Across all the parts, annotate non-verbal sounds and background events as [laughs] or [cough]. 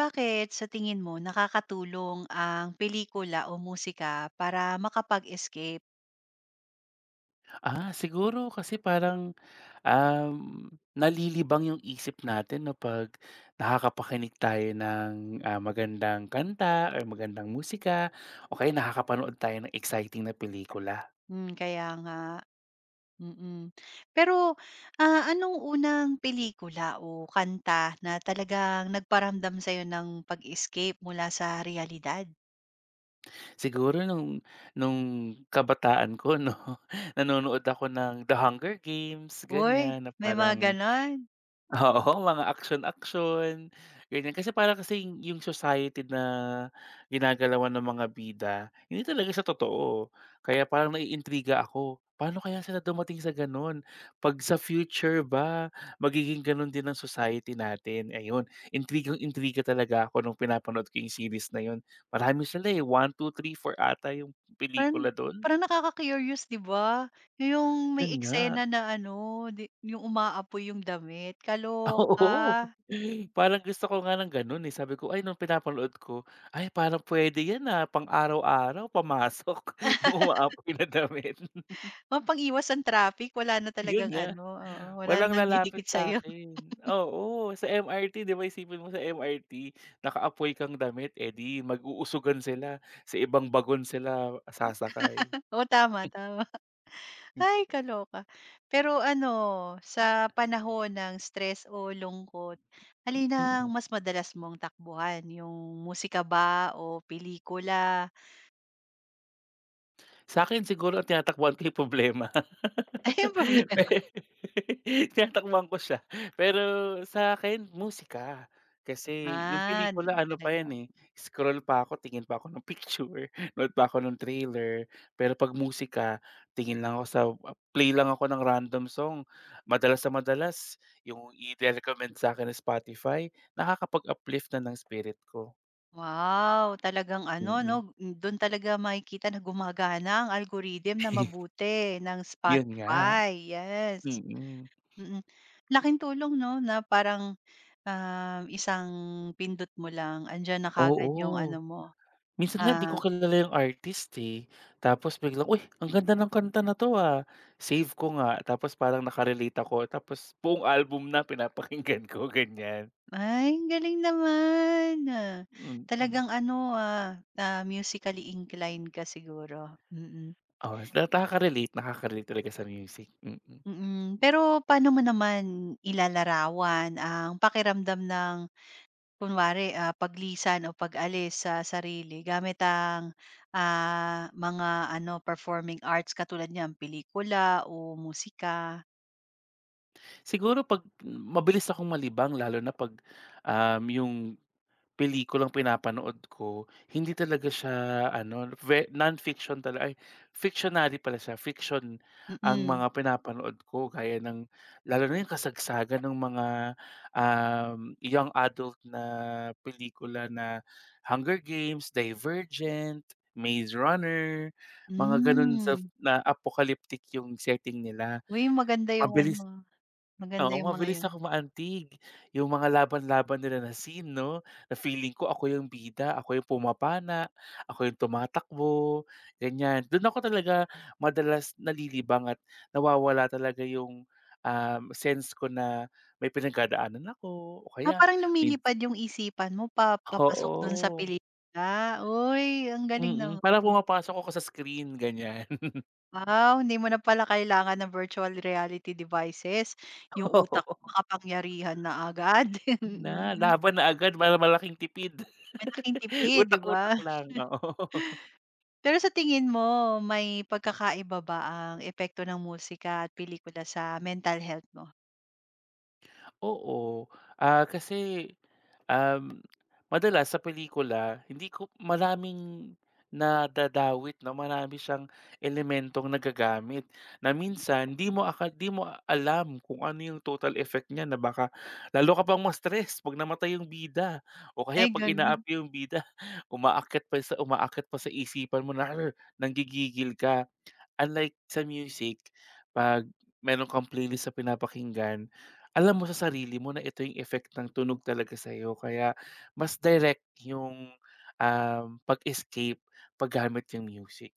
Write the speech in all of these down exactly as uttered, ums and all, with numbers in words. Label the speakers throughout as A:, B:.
A: Bakit sa tingin mo nakakatulong ang pelikula o musika para makapag-escape?
B: Ah, siguro kasi parang, um, nalilibang yung isip natin 'no, 'pag nakakapakinig tayo ng, ah, magandang kanta or magandang musika o kaya nakakapanood tayo ng exciting na pelikula.
A: Hmm, kaya nga, mm. Pero, ah, anong unang pelikula o kanta na talagang nagparamdam sa'yo ng pag-escape mula sa realidad?
B: Siguro nung nung kabataan ko 'no, [laughs] nanonood ako ng The Hunger Games,
A: Uy,
B: ganyan, na
A: may mga
B: parang
A: gano'n.
B: oo, mga action aksiyon ganyan. Kasi para kasi yung society na ginagalawan ng mga bida, hindi talaga sa totoo. Kaya parang naiintriga ako, paano kaya sila dumating sa gano'n? 'Pag sa future ba magiging gano'n din ang society natin? Ayun, intrigang-intriga talaga ako nung pinapanood ko yung series na 'yun. Marami sila, eh, one, two, three, four ata yung
A: Parang
B: pelikula do'n.
A: parang nakaka-curious 'di ba? Yung may
B: 'Yun
A: eksena
B: nga.
A: na ano, di yung umaapoy yung damit,
B: [laughs]
A: kaloka.
B: Oo, parang gusto ko nga ng gano'n, eh. Sabi ko, ay nung pinapanood ko, ay parang puwede yan, ah, pang araw-araw pamasok [laughs] yung umaapoy na damit. [laughs]
A: Mapang-iwas ang traffic wala na talagang
B: Yun nga,
A: ano, oo, wala na
B: walang lalapit
A: nangdidikit
B: sa
A: sa'yo.
B: akin. Oo, sa M R T 'di ba, isipin mo sa M R T nakaapoy kang damit, eh, mag-uusugan sila, sa ibang bagon sila sasakay.
A: [laughs] Oo, tama, tama. Ay,
B: [laughs]
A: kaloka. Pero ano, sa panahon ng stress o lungkot, alin ang
B: Mm.
A: mas madalas mong takbuhan, yung musika ba o pelikula?
B: Sa'kin siguro ang tinatakbuhan ko yung problema.
A: [laughs] Ay, yung problema.
B: [laughs] Eh, tinatakbuhan ko siya. Pero sa'kin musika. Kasi yung
A: Ah,
B: pelikula ano pa yan,
A: talaga.
B: eh, scroll pa ako, tingin pa ako ng picture, [laughs] nood pa ako ng trailer. Pero 'pag musika, tingin lang ako sa play lang ako ng random song. Madalas na madalas yung ire-recommend sa'kin ng Spotify, nakakapag-uplift na ng spirit ko.
A: Wow, talagang ano 'no,
B: Mm.
A: dun talaga makikita na gumagana ang algorithm na
B: [laughs]
A: mabuti ng
B: Yun nga,
A: Spotify, yes.
B: mm.
A: Mm. Laking tulong 'no, na parang, um, isang pindot mo lang andiyan na kaagad yung
B: Oo.
A: ano mo,
B: Minsan nga 'di ko
A: ah,
B: kilala yung artist, eh, tapos biglang, "Uy, ang ganda ng kanta na 'to, ah." Save ko nga tapos parang naka-relate ako tapos buong album na pinapakinggan ko [laughs] ganyan.
A: ay ang galing naman, ah.
B: Mm.
A: Talagang ano, ah, ah, musically inclined ka siguro, mm.
B: Oo, nakaka-relate, nakaka-relate talaga sa music, mm.
A: Mm, pero paano mo naman ilalarawan ang pakiramdam ng kunwari, ah, paglisan o pag-alis sa sarili gamit ang, ah, mga ano, performing arts katulad niyan pelikula o musika?
B: Siguro 'pag mabilis akong malibang lalo na 'pag, um, yung pelikulang pinapanood ko, hindi talaga siya ano, ve non-fiction tala ay fictionary pala siya, fiction ang
A: Mm,
B: mga pinapanood ko gaya ng lalo na yung kasagsagan ng mga, um, young adult na pelikula na Hunger Games, Divergent, Maze Runner, mga ganun sa
A: hmm.
B: na apocalyptic yung setting nila.
A: Uy, maganda yung
B: Mabilis
A: ano, maganda
B: oo,
A: yung mga
B: mabilis
A: yun.
B: ako maantig. Yung mga laban-laban nila na scene 'no, na feeling ko ako yung bida, ako yung pumapana, ako yung tumatakbo, ganyan. Dun ako talaga madalas nalilibang at nawawala talaga yung, um, sense ko na may pinagdadaanan ako o
A: Ah,
B: kaya
A: parang
B: min,
A: lumilipad yung isipan mo pa papasok dun sa
B: oo,
A: pelikula. Uy, ang galing
B: mm.
A: naman.
B: Parang pumapasok ako sa screen, ganyan. [laughs]
A: Wow, hindi mo na pala kailangan ng virtual reality devices. Yung utak mo
B: Oo,
A: makapangyarihan na agad. [laughs]
B: na,
A: Mm.
B: laban na agad para malaking tipid.
A: Malaking
B: [laughs]
A: tipid, 'di ba?
B: Utak-utak lang, oo.
A: Pero sa tingin mo, may pagkakaiba ba ang epekto ng musika at pelikula sa mental health mo?
B: Oo, ah, kasi, um, madalas sa pelikula hindi ko maraming nadadawit 'no, marami siyang elementong nagagamit na minsan di mo aka di mo alam kung ano yung total effect niya na baka lalo ka pang ma-stress 'pag namatay yung bida o
A: Ay,
B: kaya 'pag
A: ganun.
B: inaapi yung bida [laughs] umaakyat pa sa umaakyat pa sa isipan mo na, "Arr!" nanggigigil ka. Unlike sa music, 'pag meron kang playlist sa pinapakinggan, alam mo sa sarili mo na ito yung effect ng tunog talaga sa iyo, kaya mas direct yung, um, pag-escape paggamit yung music.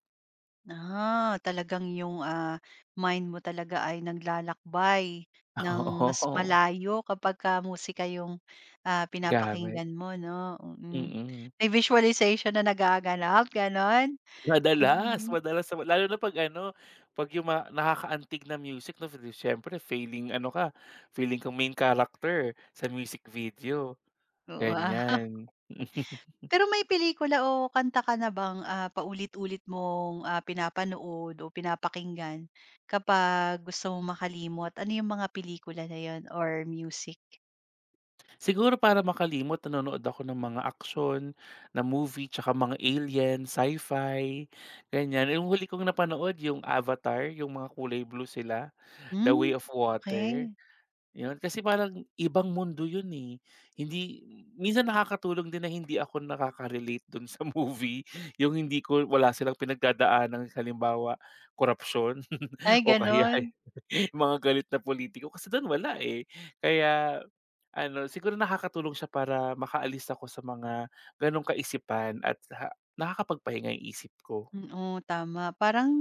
A: Ah, talagang yung, ah, mind mo talaga ay naglalakbay ng
B: [laughs]
A: mas
B: Oo,
A: malayo kapag ka musika yung, ah,
B: gamit,
A: pinapakinggan mo 'no, mm.
B: mm.
A: May visualization na nagaganap, gano'n?
B: Madalas,
A: Mm,
B: madalas naman lalo na 'pag ano, 'pag yung mga nakakaantig na music 'no, siyempre feeling ano ka, feeling kang main character sa music video,
A: wow. [laughs]
B: ganyan. [laughs]
A: Pero may pelikula o kanta ka na bang, ah, paulit-ulit mong, ah, pinapanood o pinapakinggan kapag gusto mong makalimot? Ano yung mga pelikula na yun or music?
B: Siguro para makalimot nanonood ako ng mga aksyon na movie tsaka mga alien, sci-fi, ganyan. Yung huli kong napanood yung Avatar, yung mga kulay blue sila, The
A: Hmm,
B: Way of Water,
A: okey.
B: yun. Kasi parang ibang mundo yun, eh. Hindi, minsan nakakatulong din na hindi ako nakaka-relate dun sa [laughs] movie. Yung hindi ko, wala silang pinagdadaanan, halimbawa, korupsyon,
A: Ay
B: [laughs] o kaya
A: gano'n.
B: [laughs] mga galit na politiko. Kasi dun wala, eh. Kaya ano, siguro nakakatulong siya para makaalis ako sa mga gano'ng kaisipan at ha nakakapagpahinga yung isip ko.
A: Mm, oo, tama. Parang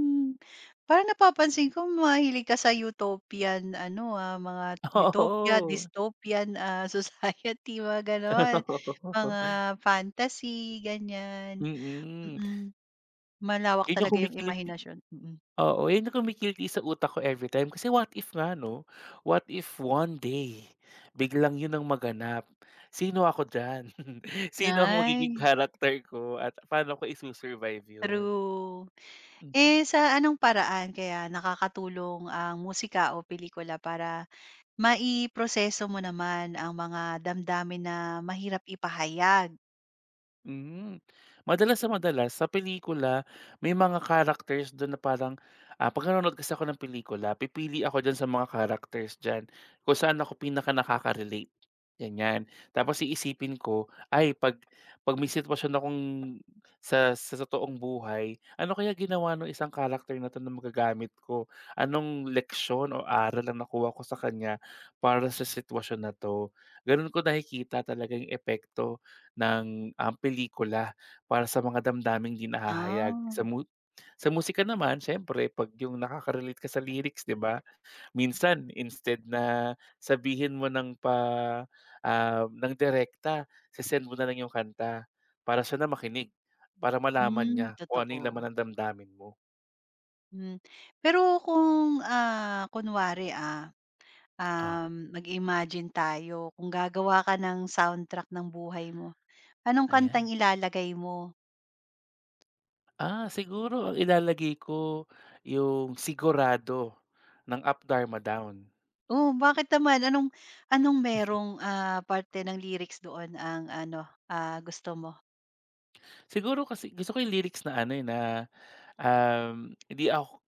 A: parang napapansin ko mahilig ka sa utopian ano, ah, mga utopia,
B: Oo.
A: dystopian, ah, [laughs] society, mga gano'n. Mga
B: [laughs]
A: fantasy, ganyan.
B: Mm.
A: Mm, malawak
B: Yun yung
A: talaga yung
B: kumikiliti,
A: imahinasyon, mm.
B: oo, yun yung kumikiliti sa utak ko every time kasi what if nga 'no, what if one day biglang yun ang maganap, sino ako dyan? [laughs] Sino ang magiging
A: Ay,
B: character ko at paano ko isu-survive yun?
A: true. Eh,
B: Mhm.
A: sa anong paraan kaya nakakatulong ang musika o pelikula para maiproseso mo naman ang mga damdamin na mahirap ipahayag?
B: Hmm, madalas sa madalas sa pelikula may mga characters dun na parang, ah, 'pag nanonood kasi ako ng pelikula pipili ako dyan sa mga characters dyan, kung saan ako pinaka nakaka-relate, ganyan. Tapos iisipin ko, ay 'pag 'pag may sitwasyon akong sa sa totoong buhay, ano kaya ginawa nung isang character na 'to na magagamit ko? Anong leksyon o aral ang nakuha ko sa kanya para sa sitwasyon na 'to? Ganun ko nakikita talaga yung epekto ng, um, pelikula para sa mga damdaming di nahahayag.
A: Ah.
B: Sa mu sa musika naman siyempre 'pag yung nakaka-relate ka sa lyrics, 'di ba? Minsan instead na sabihin mo ng pa ah, ng direkta, se-send mo na lang yung kanta para siya na makinig, para malaman
A: Hmm,
B: niya kung ano yung laman
A: totoo.
B: ng damdamin mo.
A: Hmm. Pero kung, ah, kunwari, ah,
B: Ah,
A: um, mag-imagine tayo kung gagawa ka ng soundtrack ng buhay mo, anong kantang
B: ayan.
A: ilalagay mo?
B: Ah, siguro ang ilalagay ko yung "Sigurado" ng Up Dharma Down.
A: Oh, bakit naman? Anong anong merong, ah, parte ng lyrics doon ang ano, ah, gusto mo?
B: Siguro kasi gusto ko yung lyrics na ano, eh, na Um, hindi ako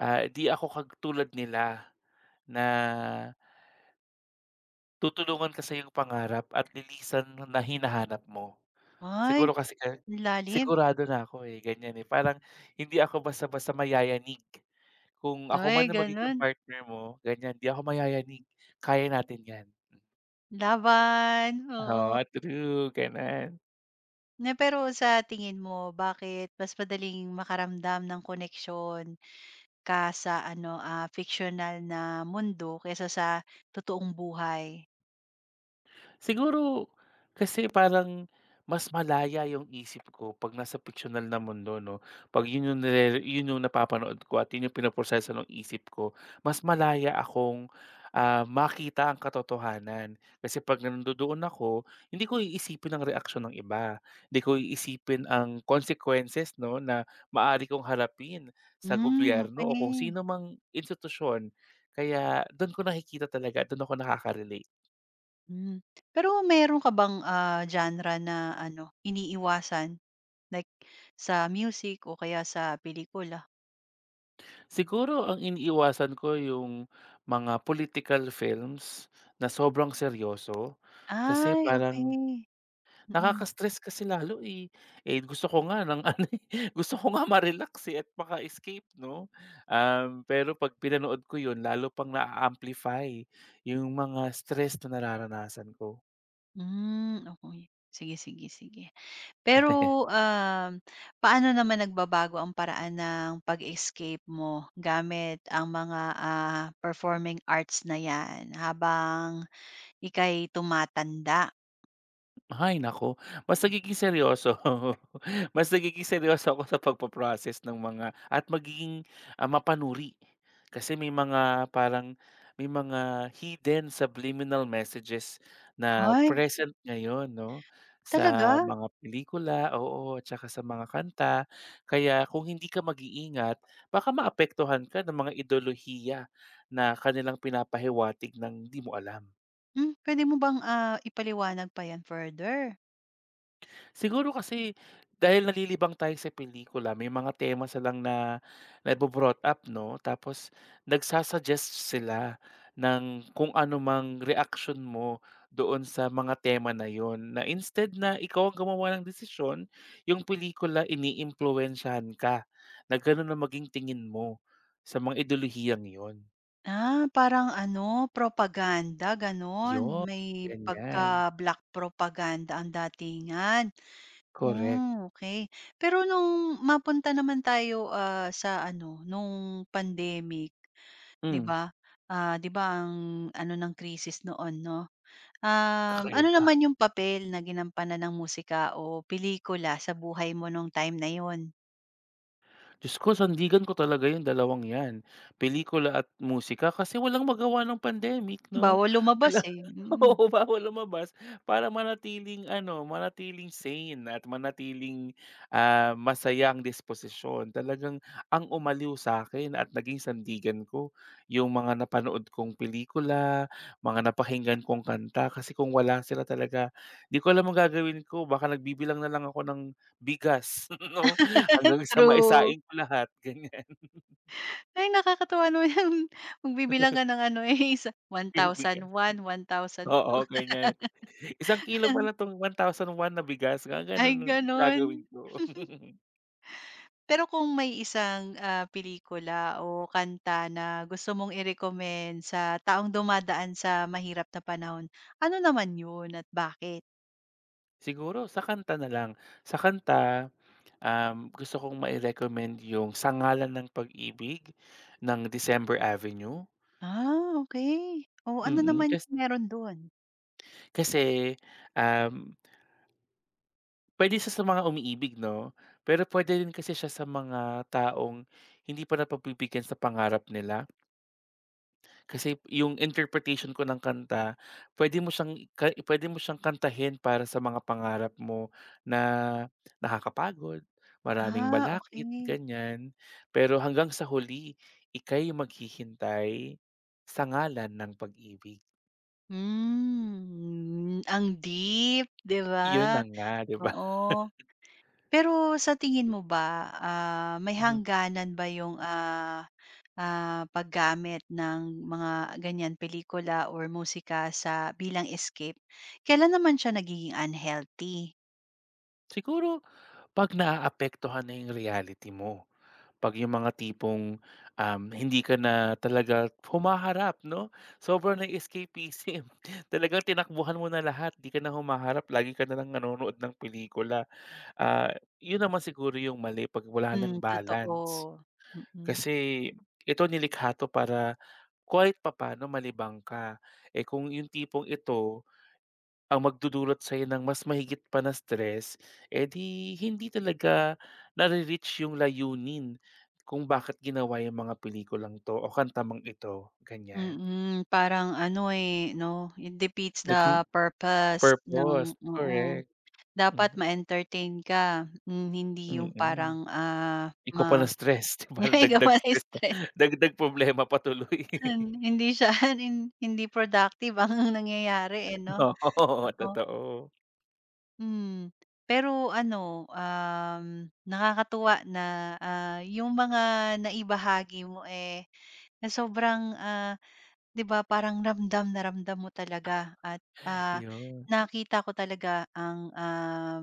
B: ah, hindi ako katulad nila na tutulungan ka sa iyong pangarap at lilisan na hinahanap mo.
A: Ay,
B: Siguro kasi ka
A: ang lalim.
B: sigurado na ako, eh, ganyan, eh. Parang hindi ako basta-basta mayayanig. Kung ako
A: Ay,
B: man ang magiging
A: gano'n.
B: partner mo, ganyan, hindi ako mayayanig. Kaya natin 'yan.
A: Laban, oo.
B: Oo, true, gano'n.
A: Na pero sa tingin mo, bakit mas madaling makaramdam ng koneksyon ka sa ano, ah, fictional na mundo kaysa sa totoong buhay.
B: Siguro kasi parang mas malaya yung isip ko 'pag nasa piksyonal na mundo 'no, 'pag yun yung nire yun yung napapanood ko at yun yung pinoproseso ng isip ko, mas malaya akong, ah, makita ang katotohanan. Kasi 'pag nandodoon ako, hindi ko iisipin ang reaksyon ng iba, hindi ko iisipin ang consequences 'no, na maari kong harapin sa
A: Hmm,
B: gobyerno o kung
A: okey.
B: sino mang institusyon. Kaya dun ko nakikita talaga, dun ako nakaka-relate.
A: Hmm. Pero meron ka bang, ah, genre na ano, iniiwasan like sa music o kaya sa pelikula?
B: Siguro ang iniiwasan ko yung mga political films na sobrang seryoso. Kasi
A: Ay,
B: parang
A: okey. Mm.
B: nakaka-stress kasi lalo, eh. Eh, gusto ko nga ng [laughs] ano, eh, gusto ko nga ma-relax, eh, at maka-escape 'no. Um, pero 'pag pinanood ko yun lalo pang naa-amplify yung mga stress na nararanasan ko.
A: Hmm, okey. Sige, sige, sige. Pero,
B: [laughs]
A: um, paano naman nagbabago ang paraan ng pag-escape mo gamit ang mga, ah, performing arts na 'yan habang Ika'y tumatanda.
B: Ay naku, mas nagiging seryoso, [laughs] mas nagiging seryoso ako sa pagpo ng mga at magiging, ah, mapanuri. Kasi may mga parang may mga hidden subliminal messages na
A: Ay,
B: present ngayon 'no, sa
A: talaga?
B: mga pelikula, oo, at saka sa mga kanta. Kaya kung hindi ka mag-iingat baka maapektuhan ka ng mga ideolohiya na kanilang pinapahiwatig ng di mo alam.
A: Hmm, pwede mo bang, ah, ipaliwanag pa 'yan further?
B: Siguro kasi dahil nalilibang tayo sa pelikula, may mga tema silang na nabo up 'no, tapos nagsa-suggest sila ng kung ano mang reaction mo doon sa mga tema na yon, na instead na ikaw ang gumawa ng desisyon, yung pelikula iniimpluwensyahan ka na gano'n na maging tingin mo sa mga ideolohiyang yon.
A: Ah, parang ano, propaganda gano'n,
B: 'Yun,
A: may
B: ganyan,
A: pagka-black propaganda ang datingan.
B: correct.
A: Hmm, okey. Pero nung mapunta naman tayo, ah, sa ano, nung pandemic, 'di
B: Hmm,
A: ba? Ah, 'di ba ang ano ng krisis noon, 'no? Um, ano
B: kakaiba.
A: naman yung papel na ginampanan ng musika o pelikula sa buhay mo nung time na yun?
B: Diyos ko, sandigan ko talaga yung dalawang 'yan, pelikula at musika kasi walang magawa ng pandemic 'no?
A: Bawal lumabas,
B: Wala, [laughs]
A: eh, mm.
B: oo, bawal lumabas para manatiling ano, manatiling sane at manatiling, ah, masaya ang disposisyon. Talagang ang umaliw sa'kin at naging sandigan ko yung mga napanood kong pelikula, mga napakinggan kong kanta kasi kung wala sila talaga 'di ko alam ang gagawin ko, baka nagbibilang na lang ako ng bigas [laughs] 'no. Hanggang sa
A: True.
B: maisain ko lahat, [laughs] ganyan.
A: Ay, nakakatuwa naman yung [laughs] magbibilang ka ng ano, eh, isa one
B: Yung
A: thousand.
B: bigas,
A: One, one thousand.
B: oo, ganyan. Isang kilo pala 'tong one thousand one na bigas, mga
A: Ay
B: gano'n
A: gano'n.
B: gagawin ko. [laughs]
A: Pero kung may isang, ah, pelikula o kanta na gusto mong i-recommend sa taong dumadaan sa mahirap na panahon, ano naman yun at bakit?
B: Siguro sa kanta na lang, sa kanta, um, gusto kong mai-recommend yung Sangalan ng Pag-ibig ng December Avenue.
A: Ah, okay. Oh, ano
B: Mm,
A: naman
B: kas
A: yung meron dun?
B: kasi, um, puwede siya sa mga umiibig 'no, pero puwede rin kasi siya sa mga taong hindi pa napagbibigyan sa pangarap nila. Kasi yung interpretation ko ng kanta, pwede mo siyang ka puwede mo siyang kantahin para sa mga pangarap mo na nakakapagod, maraming
A: Ah,
B: balakit,
A: okey.
B: ganyan. Pero hanggang sa huli, ika'y maghihintay sa ngalan ng pag-ibig.
A: Hmm, ang deep, 'di ba?
B: Yun na nga, 'di ba?
A: Oo. Pero sa tingin mo ba, ah, may
B: Mhm.
A: hangganan ba yung, ah, ah, paggamit ng mga ganyan pelikula or musika sa bilang escape? Kailan naman siya nagiging unhealthy?
B: Siguro 'pag naaapektuhan na yung reality mo. 'Pag yung mga tipong, um, hindi ka na talaga humaharap 'no, sobrang na-escapism. [laughs] Talagang tinakbuhan mo na lahat, 'di ka na humaharap, lagi ka na lang nanonood ng pelikula. Ah, yun naman siguro yung mali 'pag wala
A: Hmm,
B: ng
A: totoo.
B: balance.
A: Mm.
B: Kasi ito nilikha 'to para kahit papano malibang ka. Eh, kung yung tipong ito ang magdudulot sa'yo ng mas mahigit pa na stress, edi hindi talaga nare-reach yung layunin kung bakit ginawa yung mga pelikulang 'to o kantamang ito, ganyan.
A: Mm, parang ano, eh, 'no, it defeats
B: Naging
A: the purpose
B: purpose,
A: ng oo.
B: correct.
A: Dapat
B: Mhm,
A: ma-entertain ka, hmm, hindi yung
B: mm.
A: parang, ah,
B: Ikaw pa
A: ma
B: na-stress, [laughs] 'di ba,
A: [laughs] yay ka
B: dagdag
A: pa
B: stress pa,
A: na-stress
B: dagdag problema pa tuloy. [laughs]
A: hindi siya [laughs] hin hindi productive ang [laughs] nangyayari, eh, 'no?
B: Oo,
A: Oo,
B: totoo.
A: hmm. Pero ano, um, nakakatuwa na, ah, yung mga naibahagi mo, eh, na sobrang, ah, 'di ba parang ramdam na ramdam mo talaga at, ah,
B: 'Yun,
A: nakita ko talaga ang, ah,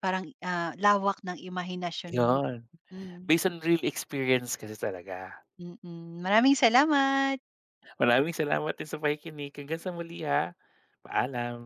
A: parang, ah, lawak ng imahinasyon mo,
B: 'yun.
A: hmm.
B: Based on real experience kasi talaga.
A: Mm, maraming salamat.
B: Maraming salamat din sa pakikinig. Hanggang sa muli, ha. Paalam.